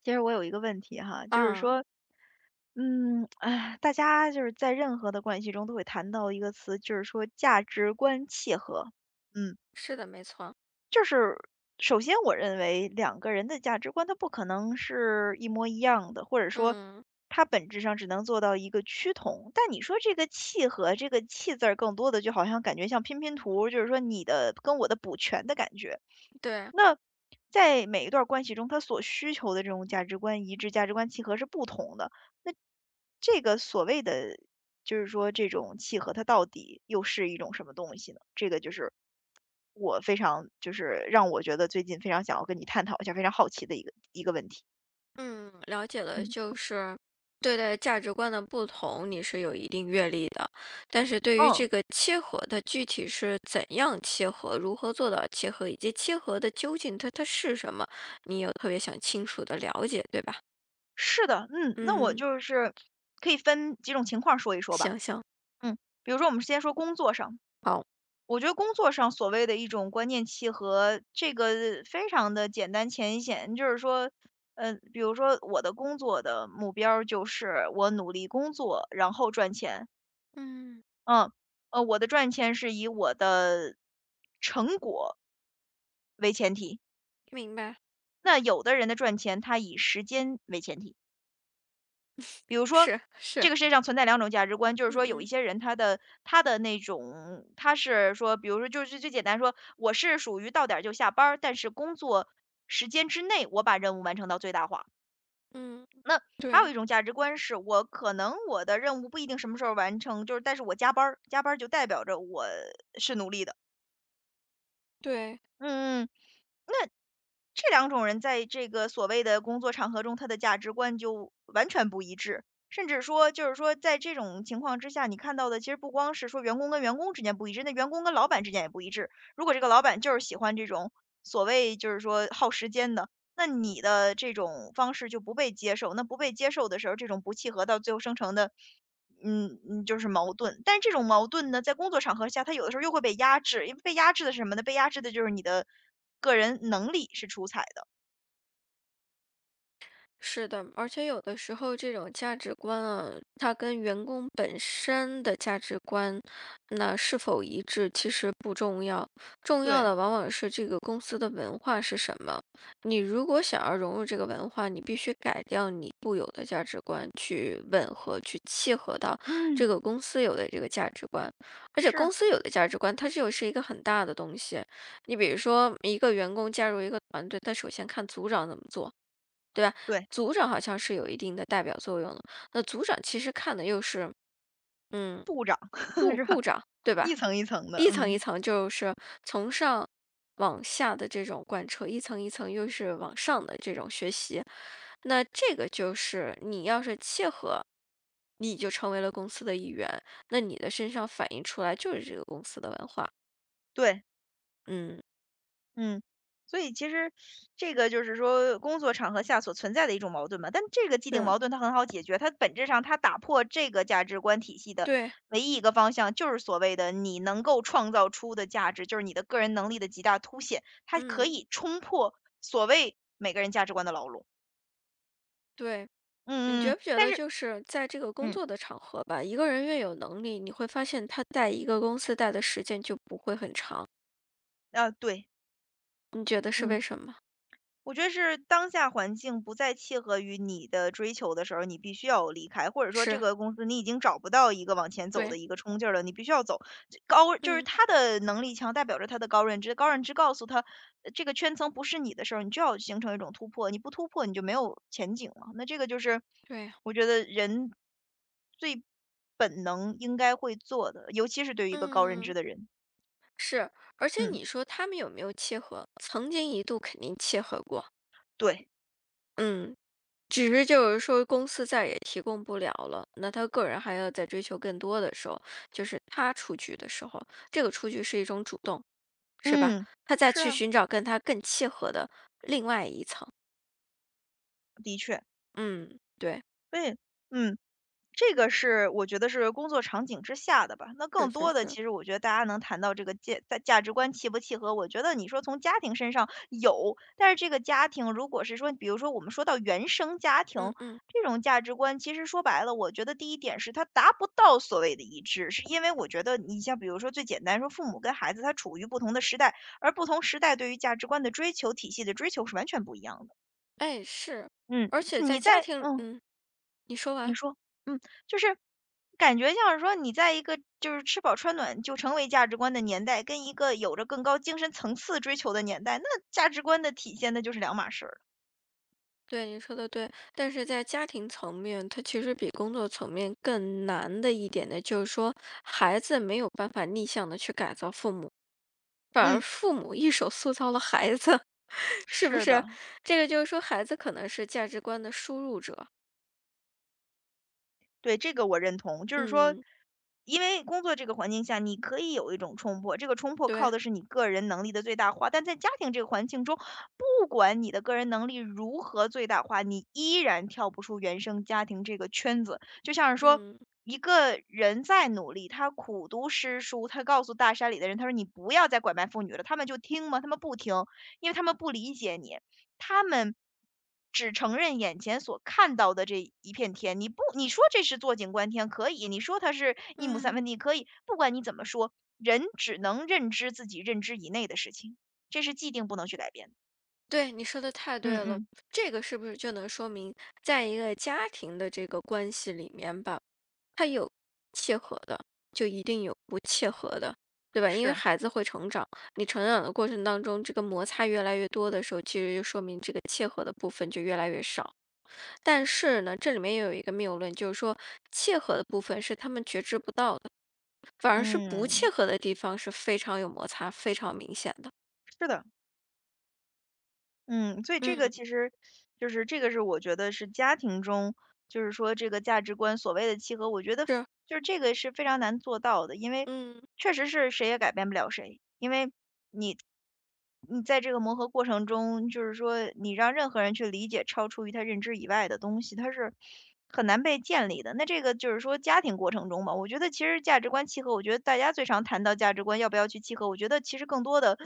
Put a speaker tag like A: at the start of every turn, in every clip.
A: 其实我有一个问题哈，就是
B: 啊，
A: 说，大家就是在任何的关系中都会谈到一个词，就是说价值观契合。嗯，
B: 是的，没错。
A: 就是首先我认为两个人的价值观它不可能是一模一样的，或者说
B: 嗯，
A: 它本质上只能做到一个趋同。但你说这个契合，这个契字儿更多的就好像感觉像拼拼图，就是说你的跟我的补全的感觉。
B: 对，
A: 那在每一段关系中，他所需求的这种价值观一致、价值观契合是不同的。那这个所谓的就是说这种契合，它到底又是一种什么东西呢？这个就是我非常就是让我觉得最近非常想要跟你探讨一下，非常好奇的一个问题。
B: 嗯，了解了，
A: 嗯
B: 就是对待价值观的不同，你是有一定阅历的，但是对于
A: 嗯，
B: 这个切合的具体是怎样切合，如何做到切合，以及切合的究竟它是什么，你有特别想清楚的了解，对吧？
A: 是的，那我
B: 嗯，
A: 就是可以分几种情况说一说吧。
B: 行行，
A: 嗯，比如说我们先说工作上，
B: 好，
A: 我觉得工作上所谓的一种观念契合，这个非常的简单浅显。就是说，比如说我的工作的目标儿就是我努力工作，然后赚钱。
B: 嗯，
A: 嗯，我的赚钱是以我的成果为前提，
B: 明白，
A: 那有的人的赚钱他以时间为前提。比如说，
B: 是是，
A: 这个世界上存在两种价值观，就是
B: 嗯
A: 说有一
B: 嗯
A: 些人他的那种他是说，比如说就是最简单说，我是属于到点儿就下班儿，但是工作时间之内我把任务完成到最大化。
B: 嗯，
A: 那还有
B: 对
A: 一种价值观是我可能我的任务不一定什么时候完成，就是但是我加班儿，加班儿就代表着我是努力的。
B: 对。
A: 嗯嗯。这两种人在这个所谓的工作场合中，他的价值观就完全不一致，甚至说就是说在这种情况之下，你看到的其实不光是说员工跟员工之间不一致，那员工跟老板之间也不一致。如果这个老板就是喜欢这种所谓就是说耗时间的，那你的这种方式就不被接受，那不被接受的时候，这种不契合到最后生成的，嗯嗯，就是矛盾。但是这种矛盾呢，在工作场合下，它有的时候又会被压制，因为被压制的是什么呢？被压制的就是你的个人能力是出彩的。
B: 是的，而且有的时候这种价值观啊，它跟员工本身的价值观，那是否一致其实不重要，重要
A: 对，
B: 的往往是这个公司的文化是什么。你如果想要融入这个文化，你必须改掉你固有的价值观，去吻合、去契合到
A: 嗯，
B: 这个公司有的这个价值观。而且
A: 是，
B: 公司有的价值观，它又是一个很大的东西。你比如说，一个员工加入一个团队，他首先看组长怎么做。对吧？
A: 对，
B: 组长好像是有一定的代表作用的，那组长其实看的又是，嗯，
A: 部长
B: 部
A: 是吧？
B: 部长，对吧？
A: 一层一层的，
B: 一层一
A: 嗯，
B: 层就是从上往下的这种贯彻，一层一层又是往上的这种学习，那这个就是你要是切合，你就成为了公司的一员，那你的身上反映出来就是这个公司的文化，
A: 对，
B: 嗯，
A: 嗯。所以其实这个就是说工作场合下所存在的一种矛盾嘛。但这个既定
B: 是，
A: 矛盾它很好解决，它本质上它打破这个价值观体系的
B: 对，
A: 唯一一个方向，就是所谓的你能够创造出的价值，就是你的个人能力的极大凸显，它可
B: 嗯，
A: 以冲破所谓每个人价值观的牢笼。
B: 对。你
A: 嗯
B: 觉
A: 嗯，
B: 不觉
A: 但
B: 得
A: 是
B: 就是在这个工
A: 嗯，
B: 作的场合吧，一个人越有能力，你会发现他在一个公司待的时间就不会很长，
A: 啊，对，
B: 你觉得是
A: 嗯。
B: 为什么？
A: 我觉得是当下环境不再契合于你的追求的时候，你必须要离开，或者说这
B: 是，
A: 个公司你已经找不到一个往前走
B: 对，
A: 的一个冲劲儿了，你必须要走。这高就是
B: 嗯，
A: 他的能力强，代表着他的高认知，高认知告诉他，这个圈层不是你的时候，你就要形成一种突破，你不突破你就没有前景了。那这个就是
B: 对，
A: 我觉得人最本能应该会做的，尤其是对于一个高认知
B: 嗯，
A: 的人。
B: 是，而且
A: 嗯，
B: 你说他们有没有契合？曾经一度肯定契合过，
A: 对，
B: 嗯，只是就是说公司再也提供不了了，那他个人还要再追求更多的时候，就是他出局的时候，这个出局是一种主动。是吧？
A: 嗯，
B: 他再
A: 是
B: 去
A: 啊，
B: 寻找跟他更契合的另外一层。
A: 的确，
B: 嗯，对，
A: 对，嗯。这个是我觉得是工作场景之下的吧。那
B: 是
A: 更
B: 是
A: 多的，其
B: 是，
A: 实我觉得大家能谈到这个价在价值观契不契合，我觉得你说从家庭身上有，但是这个家庭如果是说，比如说我们说到原生家
B: 嗯
A: 庭
B: 嗯，
A: 这种价值观，其实说白了，我觉得第一点是它达不到所谓的一致，是因为我觉得你像比如说最简单说，父母跟孩子他处于不同的时代，而不同时代对于价值观的追求体系的追求是完全不一样的。
B: 哎是，
A: 嗯，
B: 而且在
A: 你
B: 家
A: 在。
B: 庭，嗯，你说
A: 你
B: 完，
A: 说，嗯，就是感觉像是说你在一个就是吃饱穿暖就成为价值观的年代，跟一个有着更高精神层次追求的年代，那价值观的体现那就是两码事儿了。
B: 对，你说的对，但是在家庭层面，它其实比工作层面更难的一点呢，就是说孩子没有办法逆向的去改造父母。反而
A: 嗯，
B: 父母一手塑造了孩子，是不
A: 是
B: 是？
A: 的。
B: 这个就是说，孩子可能是价值观的输入者。
A: 对，这个我认同。就是说，
B: 嗯，
A: 因为工作这个环境下，你可以有一种冲破，这个冲破靠
B: 对，
A: 的是你个人能力的最大化。但在家庭这个环境中，不管你的个人能力如何最大化，你依然跳不出原生家庭这个圈子。就像是说，
B: 嗯
A: 一个人再努力，他苦读诗书，他告诉大山里的人，他说你不要再拐卖妇女了，他们就听吗？他们不听，因为他们不理解你。他们只承认眼前所看到的这一片天，你不你说这是坐井观天可以，你说它是一亩三分
B: 嗯。
A: 地可以，不管你怎么说，人只能认知自己认知以内的事情，这是既定不能去改变的。
B: 对，你说的太对
A: 嗯
B: 了，
A: 嗯，
B: 这个是不是就能说明，在一个家庭的这个关系里面吧，它有契合的，就一定有不契合的，对吧？因为
A: 是，
B: 孩子会成长，你成长的过程当中，这个摩擦越来越多的时候，其实就说明这个契合的部分就越来越少。但是呢，这里面也有一个谬论，就是说契合的部分是他们觉知不到的，反而是不契
A: 嗯，
B: 合的地方是非常有摩擦、非常明显的。
A: 是的，嗯，所以这个
B: 嗯
A: 其实就是这个是我觉得是家庭中，就是说这个价值观所谓的契合，我觉得
B: 是，
A: 就是这个是非常难做到的，因为
B: 嗯。
A: 确实是谁也改变不了谁，因为你在这个磨合过程中，就是说你让任何人去理解超出于他认知以外的东西，他是很难被建立的。那这个就是说家庭过程中嘛，我觉得其实价值观契合，我觉得大家最常谈到价值观要不要去契合，我觉得其实更多的，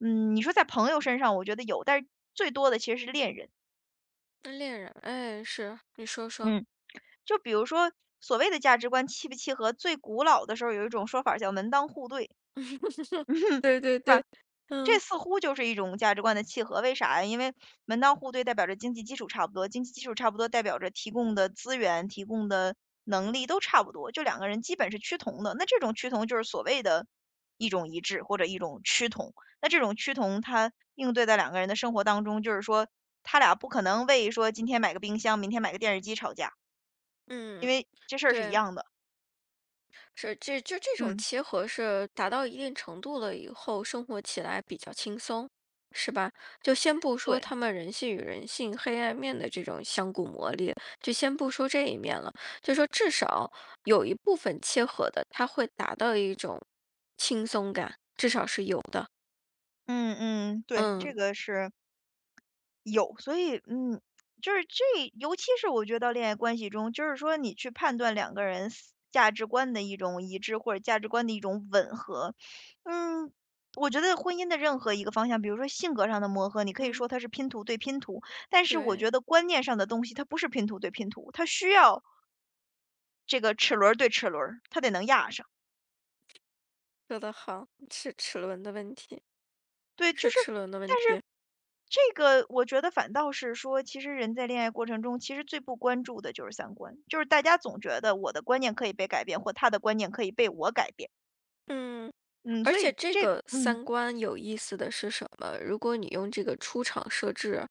A: 你说在朋友身上，我觉得有，但是最多的其实是恋人。
B: 嗯恋人，哎，是，你说说。
A: 嗯，就比如说所谓的价值观契不契合，最古老的时候有一种说法儿叫门当户对，是
B: 对对对，
A: 吧？这
B: 嗯。
A: 似乎就是一种价值观的契合，为啥呀？因为门当户对代表着经济基础差不多，经济基础差不多代表着提供的资源、提供的能力都差不多，就两个人基本是趋同的。那这种趋同就是所谓的一种一致或者一种趋同。那这种趋同，它应对在两个人的生活当中，就是说他俩不可能为说今天买个冰箱，明天买个电视机吵架，因
B: 嗯，
A: 为这事儿是一
B: 对，
A: 样的。
B: 是这就这种
A: 嗯，
B: 切合是达到一定程度了以后，生活起来比较轻松，是吧？就先不说
A: 对。
B: 他们人性与人性黑暗面的这种相互磨砺，就先不说这一面了，就说至少有一部分切合的，他会达到一种轻松感，至少是有的。
A: 嗯嗯，对，这
B: 嗯
A: 个是有，所以嗯，就是这尤其是我觉得到恋爱关系中，就是说你去判断两个人思价值观的一种一致，或者价值观的一种吻合，嗯，我觉得婚姻的任何一个方向，比如说性格上的磨合，你可以
B: 嗯，
A: 说它是拼图对拼图，但是我
B: 对，
A: 觉得观念上的东西，它不是拼图对拼图，它需要这个齿轮儿对齿轮儿，它得能压上。
B: 说的好，是齿轮的问题，
A: 对，就
B: 是
A: 是，
B: 齿轮的问
A: 但是
B: 题。
A: 这个我觉得反倒是说，其实人在恋爱过程中，其实最不关注的就是三观，就是大家总觉得我的观念可以被改变，或他的观念可以被我改变。
B: 嗯，
A: 嗯，
B: 而
A: 所
B: 且
A: 以
B: 这
A: 这
B: 个
A: 嗯
B: 三观有意思的是什么？如果你用这个出场设置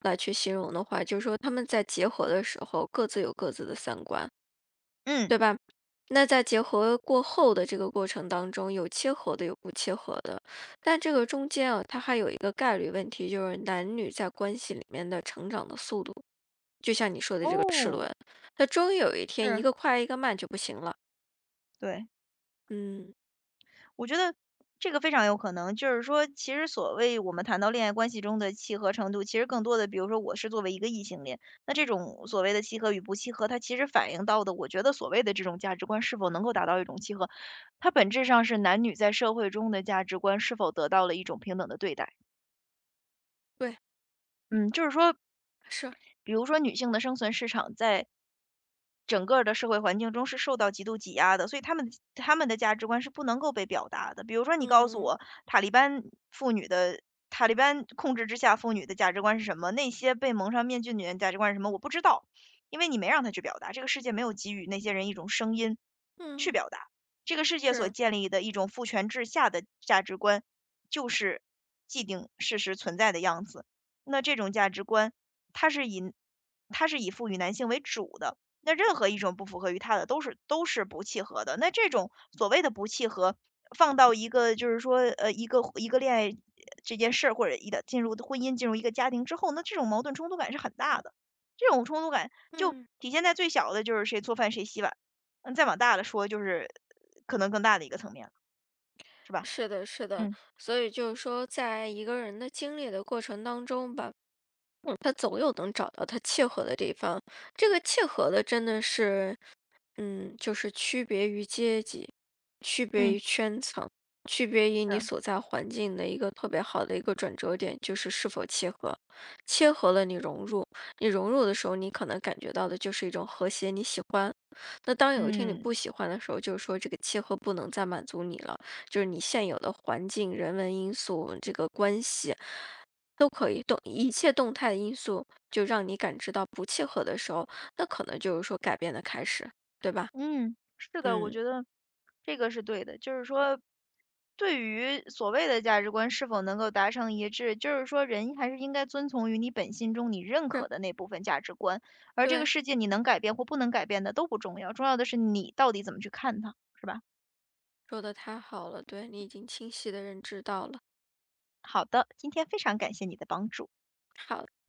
B: 来去形容的话，就是说他们在结合的时候各自有各自的三观，
A: 嗯，
B: 对吧？那在结合过后的这个过程当中，有切合的，有不切合的。但这个中间啊，它还有一个概率问题，就是男女在关系里面的成长的速度，这个齿
A: 哦，
B: 轮，它终于有一天一
A: 是，
B: 个快一个慢就不行了。
A: 对。
B: 嗯，
A: 我觉得这个非常有可能，就是说，其实所谓我们谈到恋爱关系中的契合程度，其实更多的，比如说我是作为一个异性恋，那这种所谓的契合与不契合，它其实反映到的，我觉得所谓的这种价值观是否能够达到一种契合，它本质上是男女在社会中的价值观是否得到了一种平等的对待。
B: 对，
A: 嗯，就是说，
B: 是，
A: 比如说女性的生存市场在整个儿的社会环境中是受到极度挤压的，所以他们的价值观是不能够被表达的。比如说你告诉
B: 嗯
A: 我，塔利班妇女的塔利班控制之下妇女的价值观是什么？那些被蒙上面具的女人价值观是什么？我不知道，因为你没让她去表达。这个世界没有给予那些人一种声音去
B: 嗯
A: 表达。这个世界所
B: 是，
A: 建立的一种父权制下的价值观，就是既定事实存在的样子。那这种价值观，它是以它是以赋予男性为主的，那任何一种不符合于他的都是不契合的。那这种所谓的不契合，放到一个就是说，一个恋爱这件事儿，或者一的进入婚姻、进入一个家庭之后，那这种矛盾冲突感是很大的。这种冲突感就
B: 嗯。
A: 体现在最小的就是谁做饭谁洗碗，再往大了说就是可能更大的一个层面了，是吧？
B: 是的，是的，
A: 嗯，
B: 所以就是说，在一个人的经历的过程当中吧，嗯他总有能找到他契合的地方。这个契合的真的是嗯，就是区别于阶级，区别
A: 嗯，
B: 于圈层，区别于你
A: 是。
B: 所在环境的一个特别好的一个转折点，就是是否切合。切合了，你融入，你融入的时候，你可能感觉到的就是一种和谐，你喜欢。那当有一天你不
A: 嗯。
B: 喜欢的时候，就是说这个切合不能再满足你了，就是你现有的环境、人文因素、这个关系都可以动，一切动态的因素就让你感知到不切合的时候，那可能就是说改变的开始，对吧？
A: 嗯，是的，我
B: 嗯，
A: 觉得这个是对的。就是说，对于所谓的价值观是否能够达成一致，就是说，人还是应该遵从于你本心中你认
B: 是，
A: 可的那部分价值观，而这个
B: 对，
A: 世界你能改变或不能改变的都不重要，重要的是你到底怎么去看它，是吧？
B: 说的太好了，对，你已经清晰的认知到了。
A: 好的，今天非常感谢你的帮助。
B: 好